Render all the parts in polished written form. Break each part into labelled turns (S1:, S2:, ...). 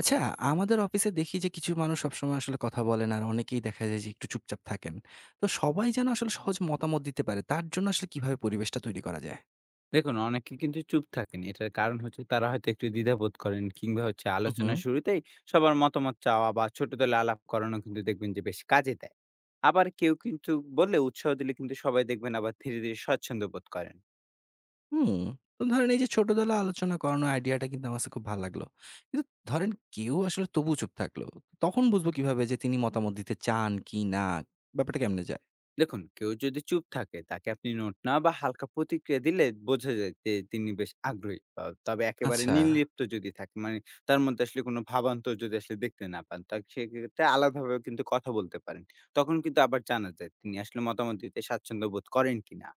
S1: আচ্ছা, আমাদের অফিসে দেখি যে কিছু মানুষ সবসময় আসলে কথা বলেন আর অনেকেই দেখা যায় যে একটু চুপচাপ থাকেন। তো সবাই যেন আসলে সহজ মতামত দিতে পারে তার জন্য আসলে কিভাবে পরিবেশটা তৈরি করা যায়?
S2: দেখুন, অনেকে কিন্তু চুপ থাকেন। এটার কারণ হচ্ছে তারা হয়তো একটু দ্বিধাবোধ করেন কিংবা হচ্ছে
S1: হু, হু।
S2: আলোচনার শুরুতেই সবার মতামত চাওয়া বা ছোট দলে আলাপ করানো কিন্তু দেখবেন যে বেশ কাজে দেয়। আবার কেউ কিন্তু বললে উৎসাহ দিলে কিন্তু সবাই দেখবেন আবার ধীরে, ধীরে স্বচ্ছন্দ বোধ করেন।
S1: হুম। তো ধরেন এই যে ছোট দলে আলোচনা করানোর আইডিয়াটা কিন্তু আমার কাছে খুব ভাল লাগলো। কিন্তু ধরেন কেউ আসলে তবুও চুপ থাকলো। তখন বুঝবো কিভাবে যে তিনি মতামত দিতে চান কি না? ব্যাপারটা কেমনে যায়?
S2: দেখুন কেউ যদি চুপ থাকে তাকে আপনি নোট না বা হালকা প্রতিক্রিয়া দিলে বোঝা যায় যে তিনি বেশ আগ্রহী, তবে একেবারে
S1: আচ্ছা।
S2: নির্লিপ্ত যদি থাকে মানে তার মধ্যে আসলে কোনো ভাবান্তর যদি আসলে দেখতে না পান, তা সেক্ষেত্রে আলাদাভাবে কিন্তু কথা বলতে পারেন। তখন কিন্তু আবার জানা যায় তিনি আসলে মতামত দিতে স্বাচ্ছন্দ্য বোধ করেন কিনা।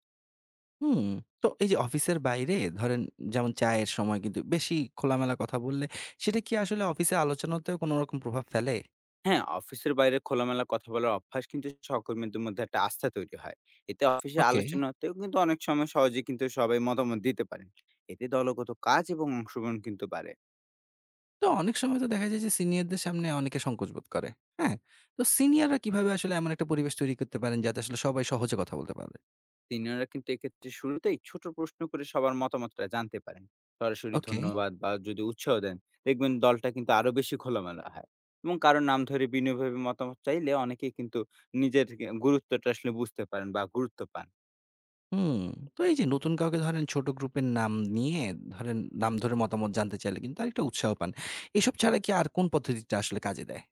S1: হুম, তো এই যে অফিসের বাইরে ধরেন যেমন চায়ের সময় কিন্তু বেশি খোলামেলা কথা বললে সেটা কি আসলে অফিসে আলোচনাতেও কোনো রকম প্রভাব ফেলে?
S2: হ্যাঁ, অফিসের বাইরে খোলামেলা কথা বলার অভ্যাস কিন্তু সহকর্মীদের মধ্যে একটা আস্থা তৈরি হয়। এতে অফিসে
S1: ওকে।
S2: আলোচনাতেও কিন্তু অনেক সময় সহজে কিন্তু সবাই মতামত দিতে পারেন। এতে দলগত কাজ এবং অংশগ্রহণ কিন্তু বাড়ে।
S1: তো অনেক সময় তো দেখা যায় যে সিনিয়রদের সামনে অনেকে সংকোচ বোধ করে। হ্যাঁ? তো সিনিয়ররা কিভাবে আসলে এমন একটা পরিবেশ তৈরি করতে পারেন যাতে আসলে সবাই সহজে কথা বলতে পারে?
S2: সিনিয়ররা কিন্তু এক্ষেত্রে শুরুতেই ছোট প্রশ্ন করে সবার মতামতটা জানতে পারেন। সরাসরি
S1: ওকে।
S2: ধন্যবাদ বা যদি উৎসাহ দেন, দেখবেন দলটা কিন্তু আরো বেশি খোলামেলা হয়। এবং কারোর নাম ধরে বিনয়ভাবে মতামত চাইলে অনেকেই কিন্তু নিজের গুরুত্বটা আসলে বুঝতে পারেন বা গুরুত্ব পান।
S1: হুম, তো এই যে নতুন কাউকে ধরেন ছোট গ্রুপের নাম নিয়ে ধরেন নাম ধরে মতামত জানতে চাইলে কিন্তু আরেকটা উৎসাহ পান। এসব ছাড়া কি আর কোন পদ্ধতিটা আসলে কাজে দেয়?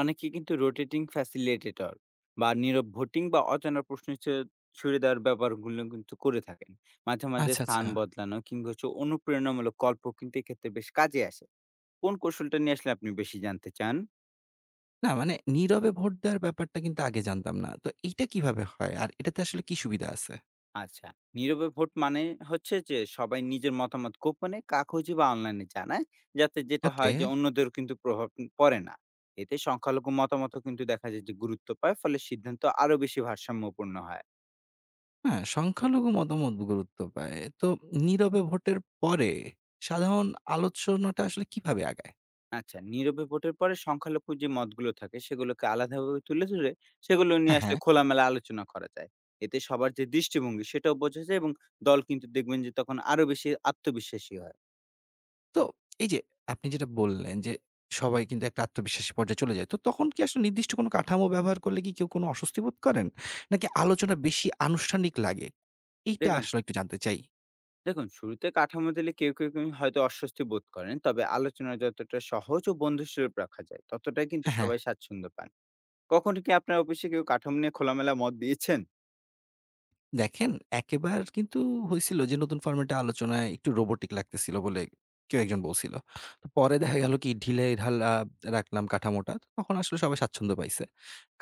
S2: অনেকে কিন্তু রোটেটিং ফ্যাসিলিটেটর বা নীরব ভোটিং বা অজানা প্রশ্ন ছুড়ে দেওয়ার ব্যাপারগুলো কিন্তু করে থাকেন। মাঝে মাঝে
S1: আচ্ছা,
S2: স্থান
S1: আচ্ছা।
S2: বদলানো কিংবা হচ্ছে অনুপ্রেরণামূলক গল্প কিন্তু এক্ষেত্রে বেশ কাজে আসে। কোন কৌশলটা নিয়ে আসলে আপনি বেশি জানতে চান?
S1: না মানে নীরবে ভোট দেওয়ার ব্যাপারটা কিন্তু আগে জানতাম না। তো এইটা কিভাবে হয়? আর এটাতে আসলে কি সুবিধা আছে?
S2: আচ্ছা। নীরবে ভোট মানে হচ্ছে যে সবাই নিজের মতামত গোপনে কাগজে বা অনলাইনে জানায়। যাতে যেটা
S1: ওকে।
S2: হয় যে অন্যদের কিন্তু প্রভাব পড়ে না। এতে সংখ্যালঘু মতামতও কিন্তু দেখা যায় যে গুরুত্ব পায়। ফলে সিদ্ধান্ত আরো বেশি ভারসাম্যপূর্ণ হয়।
S1: হ্যাঁ, সংখ্যালঘু মতামত গুরুত্ব পায়। তো নীরবে ভোটের পরে সাধারণ আলোচনাটা আসলে কিভাবে আগায়?
S2: আচ্ছা, নীরবে ভোটের পরে সংখ্যালঘু যে মতগুলো থাকে সেগুলোকে আলাদাভাবে তুলে ধরে সেগুলো নিয়ে
S1: হ্যাঁ,
S2: আসলে
S1: হ্যাঁ।
S2: খোলামেলা আলোচনা করা যায়। এতে সবার যে দৃষ্টিভঙ্গি সেটাও বোঝা যায় এবং দল কিন্তু দেখবেন যে তখন আরো বেশি আত্মবিশ্বাসী হয়।
S1: তো এই যে আপনি যেটা বললেন যে সবাই কিন্তু একটা আত্মবিশ্বাসী পর্যায়ে চলে যায়। তো তখন কি আসলে নির্দিষ্ট কোনো কাঠামো ব্যবহার করলে কি কেউ কোনো অস্বস্তি বোধ করেন? নাকি আলোচনা বেশি আনুষ্ঠানিক লাগে? এইটা
S2: দেখুন
S1: আসলে একটু জানতে চাই।
S2: দেখুন শুরুতে কাঠামো দিলে কেউ কেউ কিন্তু হয়তো অস্বস্তি বোধ করেন, তবে আলোচনা যতটা সহজ ও বন্ধুস্বরূপ রাখা যায়, ততটাই কিন্তু
S1: হ্যাঁ, হ্যাঁ।
S2: সবাই স্বাচ্ছন্দ্য পান। কখনো কি আপনার অফিসে কেউ কাঠামো নিয়ে খোলামেলা মত দিয়েছেন?
S1: দেখেন, একেবার কিন্তু হইছিল যে নতুন ফরমেটে আলোচনায় একটু রোবটিক লাগতেছিল বলে কেউ একজন বলছিল। তো পরে দেখা গেল কি ঢিলে-ঢালা রাখলাম কাঠামোটা। তো তখন আসলে সবাই স্বাচ্ছন্দ্য পাইছে।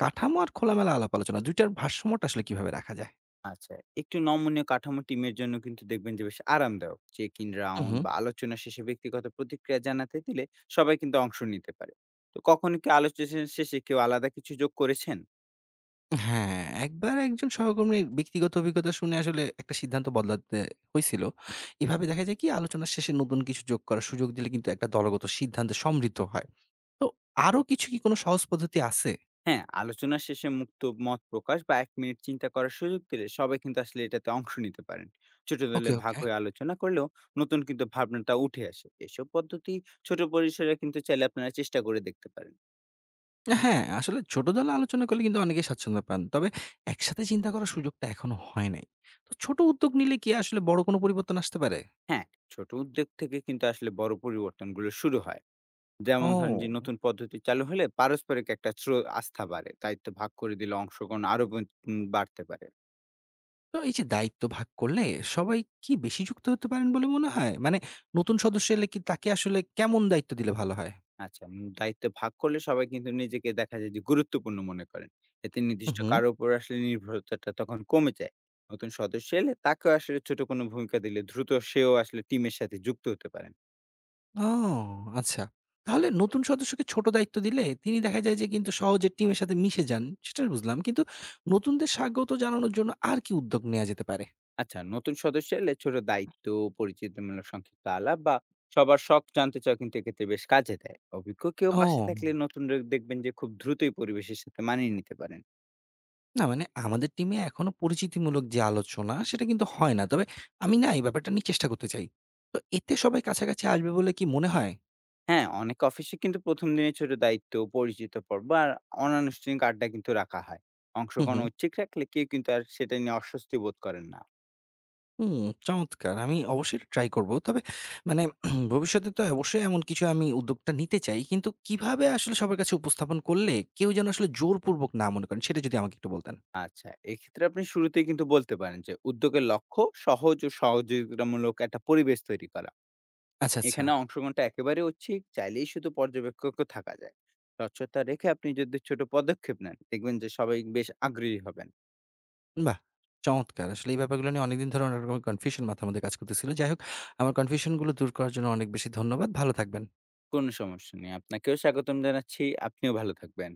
S1: কাঠামো আর খোলামেলা আলাপ আলোচনা ২ টার ভারসাম্যটা আসলে কিভাবে রাখা যায়?
S2: আচ্ছা, একটু নমনীয় কাঠামো টিমের জন্য কিন্তু দেখবেন যে বেশ আরামদায়ক। চেক ইন
S1: হু,
S2: রাউন্ড
S1: হু।
S2: বা আলোচনা শেষে ব্যক্তিগত প্রতিক্রিয়া জানাতে দিলে সবাই কিন্তু অংশ নিতে পারে। তো কখনো কি আলোচনা শেষে কেউ আলাদা কিছু যোগ করেছেন?
S1: হ্যাঁ, একবার একজন সহকর্মীর ব্যক্তিগত অভিজ্ঞতা শুনে আসলে একটা সিদ্ধান্ত বদলাতে হইছিল। এভাবে দেখা যায় কি আলোচনার শেষে নতুন কিছু যোগ করার সুযোগ দিলে কিন্তু একটা দলগত সিদ্ধান্তে সমৃদ্ধ হয়। তো আরো কিছু কি কোনো সহজ পদ্ধতি আছে?
S2: হ্যাঁ, আলোচনা শেষে মুক্ত মত প্রকাশ বা ১ মিনিট চিন্তা করার সুযোগ দিলে সবাই কিন্তু আসলে এটাতে অংশ নিতে পারেন। ছোট দলে
S1: ওকে,
S2: ভাগ
S1: ওকে।
S2: হয়ে আলোচনা করলেও নতুন কিন্তু ভাবনাটা উঠে আসে। এসব পদ্ধতি ছোট পরিসরে কিন্তু চাইলে আপনারা চেষ্টা করে দেখতে পারেন।
S1: হ্যাঁ, আসলে ছোট দলে আলোচনা করলে কিন্তু অনেকেই স্বাচ্ছন্দ্য পান। তবে একসাথে চিন্তা করার সুযোগটা এখনো হয় নাই। তো ছোট উদ্যোগ নিলে কি আসলে বড় কোনো পরিবর্তন আসতে পারে?
S2: হ্যাঁ, ছোট উদ্যোগ থেকে কিন্তু আসলে বড় পরিবর্তনগুলো শুরু হয়। যেমন ধরেন যে
S1: ও!
S2: নতুন পদ্ধতি চালু হলে পারস্পরিক একটা আস্থা বাড়ে। দায়িত্ব ভাগ করে দিলে অংশগ্রহণ আরো বন উম বাড়তে পারে।
S1: তো এই যে দায়িত্ব ভাগ করলে সবাই কি বেশি যুক্ত হতে পারেন বলে মনে হয়? মানে নতুন সদস্য এলে কি তাকে আসলে কেমন দায়িত্ব দিলে ভালো হয়?
S2: আচ্ছা, দায়িত্ব ভাগ করলে সবাই কিন্তু নিজেকে দেখা যায় যে গুরুত্বপূর্ণ মনে করেন। এতে
S1: হু,
S2: নির্দিষ্ট
S1: হু।
S2: কারো উপর আসলে নির্ভরতাটা তখন কমে যায়। নতুন সদস্য এলে তাকেও আসলে ছোট কোনো ভূমিকা দিলে দ্রুত সেও আসলে টিমের সাথে যুক্ত হতে পারেন।
S1: ও! আচ্ছা। তাহলে নতুন সদস্যকে ছোট দায়িত্ব দিলে তিনি দেখা যায় যে কিন্তু সহজে টিমের সাথে মিশে যান, সেটা বুঝলাম। কিন্তু নতুনদের স্বাগত জানানোর জন্য আর কি উদ্যোগ নেয়া যেতে পারে?
S2: আচ্ছা, নতুন সদস্য এলে ছোট দায়িত্ব, পরিচিতিমূলক সংক্ষিপ্ত আলাপ বা সবার শখ জানতে চাওয়া কিন্তু এক্ষেত্রে বেশ কাজে দেয়। অভিজ্ঞ কেউ পাশে
S1: ও!
S2: থাকলে নতুনরা দেখবেন যে খুব দ্রুতই পরিবেশের সাথে মানিয়ে নিতে পারেন।
S1: না মানে আমাদের টিমে এখনো পরিচিতিমূলক যে আলোচনা সেটা কিন্তু হয় না। তবে আমি না এই ব্যাপারটা নিয়ে চেষ্টা করতে চাই। তো এতে সবাই কাছাকাছি আসবে বলে কি মনে হয়?
S2: হ্যাঁ, অনেক অফিসে কিন্তু ১ম দিনে ছোট দায়িত্ব, পরিচিত পর্ব আর অনানুষ্ঠানিক আড্ডা কিন্তু রাখা হয়।
S1: হুম,
S2: অংশগ্রহণ
S1: হুম।
S2: ঐচ্ছিক রাখলে কেউ কিন্তু আর সেটা নিয়ে অস্বস্তি বোধ করেন না।
S1: হুম, চমৎকার। আমি অবশ্যই ট্রাই করব। তবে মানে ভবিষ্যতে তো অবশ্যই এমন কিছু আমি উদ্যোগটা নিতে চাই। কিন্তু কিভাবে আসলে সবার কাছে উপস্থাপন করলে কেউ যেন আসলে জোরপূর্বক না মনে করেন সেটা যদি আমাকে একটু বলতেন।
S2: আচ্ছা, এক্ষেত্রে আপনি শুরুতেই কিন্তু বলতে পারেন যে উদ্যোগের লক্ষ্য সহজ ও সহযোগিতামূলক একটা পরিবেশ তৈরি করা।
S1: আচ্ছা, আচ্ছা।
S2: এখানে অংশগ্রহণটা একেবারে ঐচ্ছিক, চাইলেই শুধু পর্যবেক্ষকও থাকা যায়। স্বচ্ছতা রেখে আপনি যদি ছোট পদক্ষেপ নেন, দেখবেন যে সবাই বেশ আগ্রহী হবেন।
S1: বাহ! চমৎকার। আসলে এই ব্যাপারগুলো নিয়ে অনেকদিন ধরে অনেক রকমের কনফিউশন মাথার মধ্যে কাজ করতেছিল। যাই হোক আমার কনফিউশন গুলো দূর করার জন্য অনেক বেশি ধন্যবাদ। ভালো থাকবেন।
S2: কোনো সমস্যা নেই। আপনাকেও স্বাগতম জানাচ্ছি। আপনিও ভালো থাকবেন।